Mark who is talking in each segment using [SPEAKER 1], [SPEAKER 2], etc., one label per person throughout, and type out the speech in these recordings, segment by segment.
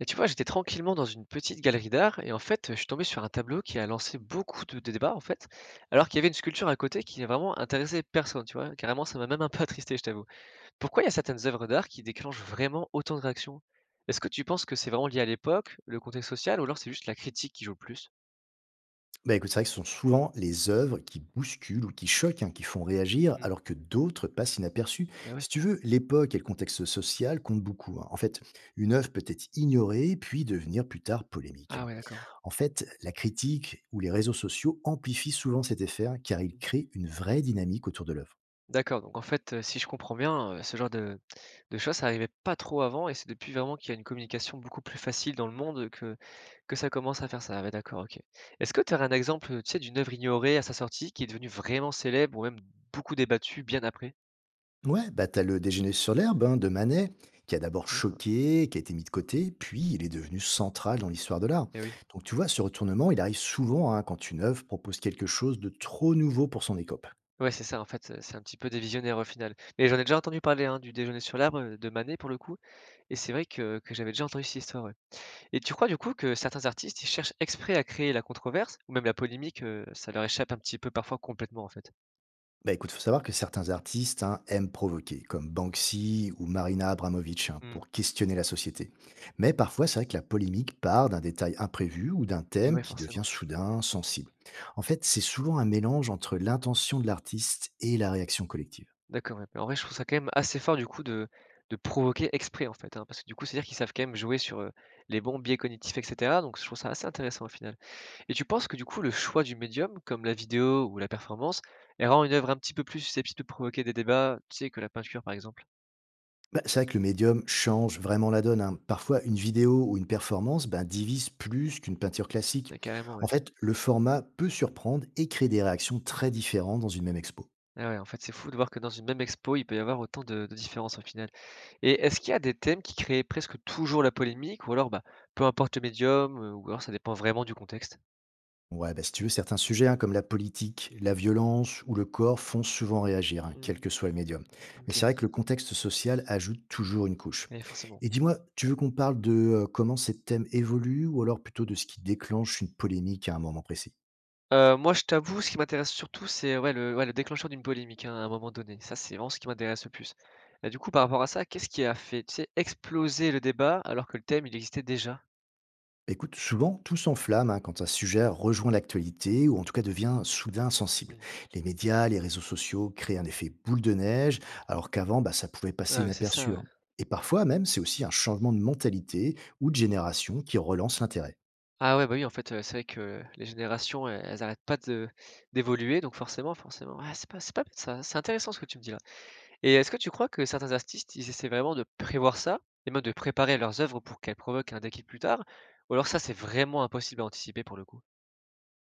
[SPEAKER 1] Et tu vois, j'étais tranquillement dans une petite galerie d'art et en fait, je suis tombé sur un tableau qui a lancé beaucoup de débats en fait, alors qu'il y avait une sculpture à côté qui n'a vraiment intéressé personne, tu vois. Carrément, ça m'a même un peu attristé, je t'avoue. Pourquoi il y a certaines œuvres d'art qui déclenchent vraiment autant de réactions? Est-ce que tu penses que c'est vraiment lié à l'époque, le contexte social, ou alors c'est juste la critique qui joue le plus?
[SPEAKER 2] Bah, écoute, c'est vrai que ce sont souvent les œuvres qui bousculent ou qui choquent, hein, qui font réagir,
[SPEAKER 1] Mm.
[SPEAKER 2] alors que d'autres passent inaperçues.
[SPEAKER 1] Mais ouais.
[SPEAKER 2] Si tu veux, l'époque et le contexte social comptent beaucoup, hein. En fait, une œuvre peut être ignorée, puis devenir plus tard polémique,
[SPEAKER 1] Ah
[SPEAKER 2] hein.
[SPEAKER 1] ouais, d'accord.
[SPEAKER 2] En fait, la critique ou les réseaux sociaux amplifient souvent cet effet, hein, car ils
[SPEAKER 1] Hmm.
[SPEAKER 2] créent une vraie dynamique autour de l'œuvre.
[SPEAKER 1] D'accord, donc en fait, si je comprends bien, ce genre de choses, ça n'arrivait pas trop avant, et c'est depuis vraiment qu'il y a une communication beaucoup plus facile dans le monde que ça commence à faire ça, ouais d'accord, OK. Est-ce que tu as un exemple, tu sais, d'une œuvre ignorée à sa sortie qui est devenue vraiment célèbre ou même beaucoup débattue bien après?
[SPEAKER 2] Ouais, bah t'as le déjeuner sur l'herbe, hein, de Manet, qui a d'abord
[SPEAKER 1] Mmh.
[SPEAKER 2] choqué, qui a été mis de côté, puis il est devenu central dans l'histoire de l'art.
[SPEAKER 1] Eh oui.
[SPEAKER 2] Donc tu vois, ce retournement, il arrive souvent, hein, quand une œuvre propose quelque chose de trop nouveau pour son écope.
[SPEAKER 1] Ouais, c'est ça en fait, c'est un petit peu des visionnaires au final. Mais j'en ai déjà entendu parler, hein, du déjeuner sur l'arbre, de Manet pour le coup et c'est vrai que j'avais déjà entendu cette histoire, ouais. Et tu crois du coup que certains artistes, ils cherchent exprès à créer la controverse ou même la polémique, ça leur échappe un petit peu parfois complètement en fait?
[SPEAKER 2] Bah écoute, faut savoir que certains artistes, hein, aiment provoquer, comme Banksy ou Marina Abramovic, hein,
[SPEAKER 1] Mmh.
[SPEAKER 2] pour questionner la société. Mais parfois, c'est vrai que la polémique part d'un détail imprévu ou d'un
[SPEAKER 1] Et
[SPEAKER 2] thème
[SPEAKER 1] ouais,
[SPEAKER 2] qui devient
[SPEAKER 1] forcément.
[SPEAKER 2] soudain sensible. En fait, c'est souvent un mélange entre l'intention de l'artiste et la réaction collective.
[SPEAKER 1] D'accord, ouais. Mais en vrai, je trouve ça quand même assez fort du coup de provoquer exprès en fait, hein, parce que du coup, c'est-à-dire qu'ils savent quand même jouer sur, les bons biais cognitifs et cetera, donc je trouve ça assez intéressant au final. Et tu penses que du coup, le choix du médium, comme la vidéo ou la performance, elle rend une œuvre un petit peu plus susceptible de provoquer des débats, tu sais, que la peinture par exemple?
[SPEAKER 2] Bah, c'est vrai que le médium change vraiment la donne, hein. Parfois, une vidéo ou une performance, ben, divise plus qu'une peinture classique.
[SPEAKER 1] Ouais, carrément, ouais.
[SPEAKER 2] En fait, le format peut surprendre et créer des réactions très différentes dans une même expo.
[SPEAKER 1] Ah ouais, en fait, c'est fou de voir que dans une même expo, il peut y avoir autant de différences au final. Et est-ce qu'il y a des thèmes qui créent presque toujours la polémique ou alors, bah, peu importe le médium, ou alors ça dépend vraiment du contexte?
[SPEAKER 2] Ouais, bah, si tu veux, certains sujets, hein, comme la politique, la violence ou le corps font souvent réagir, hein, quel
[SPEAKER 1] Mmh,
[SPEAKER 2] que soit le médium. Mais
[SPEAKER 1] OK.
[SPEAKER 2] c'est vrai que le contexte social ajoute toujours une couche.
[SPEAKER 1] Eh forcément.
[SPEAKER 2] Et dis-moi, tu veux qu'on parle de comment ces thèmes évoluent, ou alors plutôt de ce qui déclenche une polémique à un moment précis?
[SPEAKER 1] Moi, je t'avoue, ce qui m'intéresse surtout, c'est le déclencheur d'une polémique, hein, à un moment donné. Ça, c'est vraiment ce qui m'intéresse le plus. Et du coup, par rapport à ça, qu'est-ce qui a fait, tu sais, exploser le débat alors que le thème, il existait déjà?
[SPEAKER 2] Écoute, souvent, tout s'enflamme, hein, quand un sujet rejoint l'actualité ou en tout cas devient soudain sensible.
[SPEAKER 1] Mmh.
[SPEAKER 2] Les médias, les réseaux sociaux créent un effet boule de neige, alors qu'avant, bah, ça pouvait
[SPEAKER 1] Ouais,
[SPEAKER 2] passer
[SPEAKER 1] ouais, c'est ça,
[SPEAKER 2] inaperçu,
[SPEAKER 1] ouais.
[SPEAKER 2] hein. Et parfois même, c'est aussi un changement de mentalité ou de génération qui relance l'intérêt.
[SPEAKER 1] Ah ouais, bah, oui, en fait, c'est vrai que les générations, elles arrêtent pas de d'évoluer, donc forcément, ouais, c'est pas bête ça, c'est intéressant ce que tu me dis là. Et est-ce que tu crois que certains artistes, ils essaient vraiment de prévoir ça et même de préparer leurs œuvres pour qu'elles provoquent un déclic plus tard? Ou alors ça, c'est vraiment impossible à anticiper pour le coup?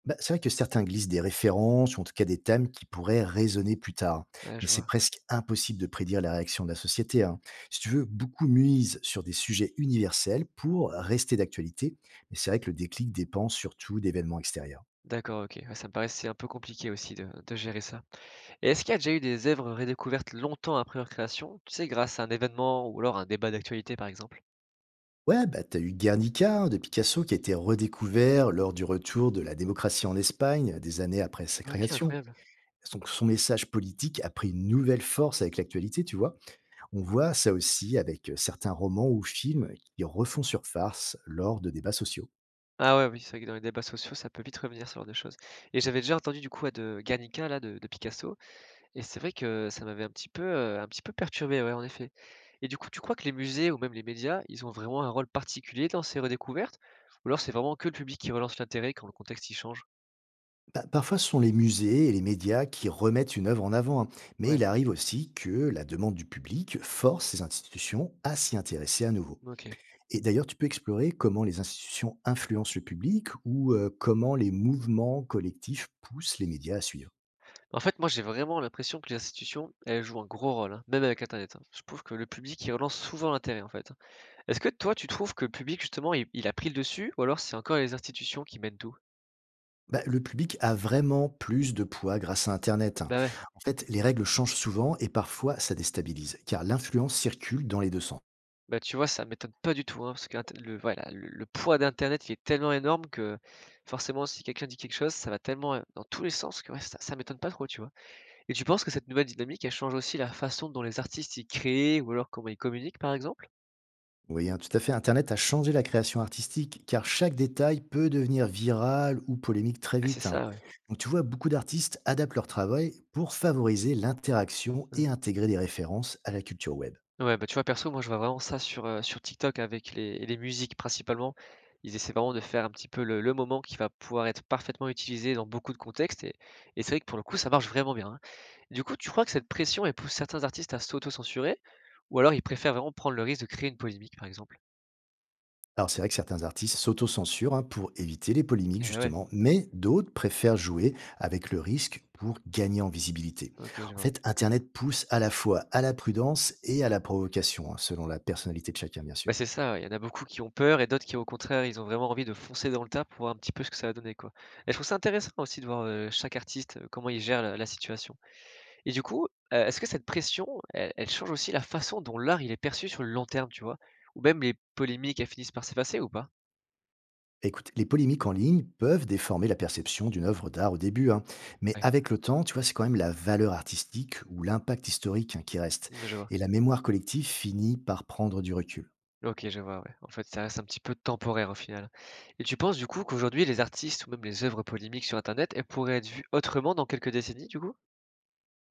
[SPEAKER 2] Bah, c'est vrai que certains glissent des références ou en tout cas des thèmes qui pourraient résonner plus tard.
[SPEAKER 1] Ouais,
[SPEAKER 2] Mais
[SPEAKER 1] je
[SPEAKER 2] c'est
[SPEAKER 1] vois.
[SPEAKER 2] presque impossible de prédire la réaction de la société, hein. Si tu veux, beaucoup misent sur des sujets universels pour
[SPEAKER 1] Mmh.
[SPEAKER 2] rester d'actualité. Mais c'est vrai que le déclic dépend surtout d'événements extérieurs.
[SPEAKER 1] D'accord, OK. Ouais, ça me paraissait un peu compliqué aussi de gérer ça. Et est-ce qu'il y a déjà eu des œuvres redécouvertes longtemps après leur création, tu sais, grâce à un événement ou alors un débat d'actualité, par exemple?
[SPEAKER 2] Ouais, bah t'as eu Guernica, hein, de Picasso qui a été redécouvert lors du retour de la démocratie en Espagne des années après sa
[SPEAKER 1] OK,
[SPEAKER 2] création.
[SPEAKER 1] incroyable.
[SPEAKER 2] Donc son message politique a pris une nouvelle force avec l'actualité, tu vois. On voit ça aussi avec certains romans ou films qui refont surface lors de débats sociaux.
[SPEAKER 1] Ah ouais, oui, c'est vrai que dans les débats sociaux, ça peut vite revenir ce genre de choses. Et j'avais déjà entendu du coup, à de Guernica là, de Picasso et c'est vrai que ça m'avait un petit peu perturbé, ouais, en effet. Et du coup, tu crois que les musées ou même les médias, ils ont vraiment un rôle particulier dans ces redécouvertes? Ou alors c'est vraiment que le public qui relance l'intérêt quand le contexte, y change?
[SPEAKER 2] Parfois, ce sont les musées et les médias qui remettent une œuvre en avant, hein, mais
[SPEAKER 1] Ouais,
[SPEAKER 2] il arrive aussi que la demande du public force ces institutions à s'y intéresser à nouveau.
[SPEAKER 1] OK.
[SPEAKER 2] Et d'ailleurs, tu peux explorer comment les institutions influencent le public, ou comment les mouvements collectifs poussent les médias à suivre.
[SPEAKER 1] En fait, moi, j'ai vraiment l'impression que les institutions, elles jouent un gros rôle, hein, même avec Internet, hein. Je trouve que le public, il relance souvent l'intérêt, en fait. Est-ce que toi, tu trouves que le public, justement, il a pris le dessus, ou alors c'est encore les institutions qui mènent tout?
[SPEAKER 2] Bah, le public a vraiment plus de poids grâce à Internet, hein.
[SPEAKER 1] Bah ouais,
[SPEAKER 2] En fait, les règles changent souvent et parfois ça déstabilise, car l'influence circule dans les deux sens.
[SPEAKER 1] bah tu vois, ça m'étonne pas du tout, hein, parce que le, voilà, le poids d'Internet, il est tellement énorme que forcément, si quelqu'un dit quelque chose, ça va tellement dans tous les sens que ouais, ça m'étonne pas trop, tu vois. Et tu penses que cette nouvelle dynamique, elle change aussi la façon dont les artistes, ils créent, ou alors comment ils communiquent, par exemple?
[SPEAKER 2] Vous voyez, hein, tout à fait, Internet a changé la création artistique, car chaque détail peut devenir viral ou polémique très
[SPEAKER 1] Ah, c'est
[SPEAKER 2] vite, hein.
[SPEAKER 1] ça, ouais.
[SPEAKER 2] Donc tu vois, beaucoup d'artistes adaptent leur travail pour favoriser l'interaction et intégrer des références à la culture web.
[SPEAKER 1] Ouais, bah, tu vois, perso, moi, je vois vraiment ça sur, sur TikTok avec les musiques principalement. Ils essaient vraiment de faire un petit peu le moment qui va pouvoir être parfaitement utilisé dans beaucoup de contextes et c'est vrai que pour le coup, ça marche vraiment bien, hein. Du coup, tu crois que cette pression, elle pousse certains artistes à s'auto-censurer? Ou alors ils préfèrent vraiment prendre le risque de créer une polémique, par exemple?
[SPEAKER 2] Alors c'est vrai que certains artistes s'autocensurent, hein, pour éviter les polémiques
[SPEAKER 1] Et bah, ouais,
[SPEAKER 2] justement, mais d'autres préfèrent jouer avec le risque pour gagner en visibilité.
[SPEAKER 1] OK, je
[SPEAKER 2] En
[SPEAKER 1] vois.
[SPEAKER 2] fait, Internet pousse à la fois à la prudence et à la provocation, hein, selon la personnalité de chacun bien
[SPEAKER 1] Bah,
[SPEAKER 2] sûr.
[SPEAKER 1] c'est ça, ouais, il y en a beaucoup qui ont peur et d'autres qui, au contraire, ils ont vraiment envie de foncer dans le tas pour voir un petit peu ce que ça va donner, quoi. Et je trouve ça intéressant aussi de voir, chaque artiste, comment il gère la situation. Et du coup, est-ce que cette pression, elle change aussi la façon dont l'art, il est perçu sur le long terme, tu vois? Ou même les polémiques, elles finissent par s'effacer ou pas?
[SPEAKER 2] Écoute, les polémiques en ligne peuvent déformer la perception d'une œuvre d'art au début, hein, mais
[SPEAKER 1] Ouais.
[SPEAKER 2] avec le temps, tu vois, c'est quand même la valeur artistique ou l'impact historique, hein, qui reste,
[SPEAKER 1] Mmh, je vois.
[SPEAKER 2] et la mémoire collective finit par prendre du recul.
[SPEAKER 1] OK, je vois, ouais. En fait, ça reste un petit peu temporaire au final. Et tu penses du coup qu'aujourd'hui les artistes ou même les œuvres polémiques sur internet, elles pourraient être vues autrement dans quelques décennies du coup?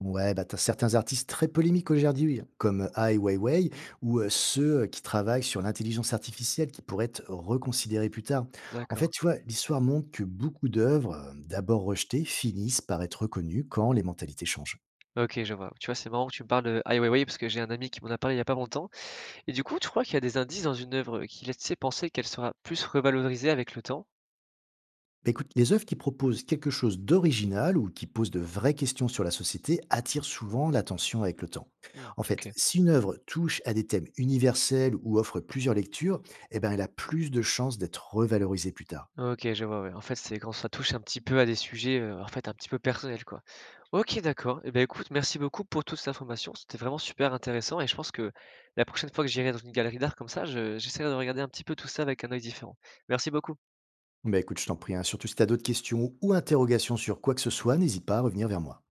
[SPEAKER 2] Ouais, bah, tu certains artistes très polémiques aujourd'hui, comme Ai Weiwei,
[SPEAKER 1] Mmh,
[SPEAKER 2] ou ceux qui travaillent sur l'intelligence artificielle qui pourraient être reconsidérés plus tard. En
[SPEAKER 1] d'accord.
[SPEAKER 2] fait, tu vois, l'histoire montre que beaucoup d'œuvres, d'abord rejetées, finissent par être reconnues quand les mentalités changent.
[SPEAKER 1] OK, je vois. Tu vois, c'est marrant que tu me parles de Ai Weiwei parce que j'ai un ami qui m'en a parlé il y a pas longtemps. Et du coup, tu crois qu'il y a des indices dans une œuvre qui laissent penser qu'elle sera plus revalorisée avec le temps?
[SPEAKER 2] Bah, écoute, les œuvres qui proposent quelque chose d'original ou qui posent de vraies questions sur la société attirent souvent l'attention avec le temps.
[SPEAKER 1] Mmh,
[SPEAKER 2] En fait,
[SPEAKER 1] OK.
[SPEAKER 2] si une œuvre touche à des thèmes universels ou offre plusieurs lectures, eh ben, elle a plus de chances d'être revalorisée plus tard.
[SPEAKER 1] OK, je vois, ouais. En fait, c'est quand ça touche un petit peu à des sujets, en fait, un petit peu personnels, quoi. OK, d'accord. Et ben, écoute, merci beaucoup pour toutes ces informations. C'était vraiment super intéressant et je pense que la prochaine fois que j'irai dans une galerie d'art comme ça, je j'essaierai de regarder un petit peu tout ça avec un œil différent. Merci beaucoup.
[SPEAKER 2] Bah écoute, je t'en prie, hein. Surtout si tu as d'autres questions ou interrogations sur quoi que ce soit, n'hésite pas à revenir vers moi.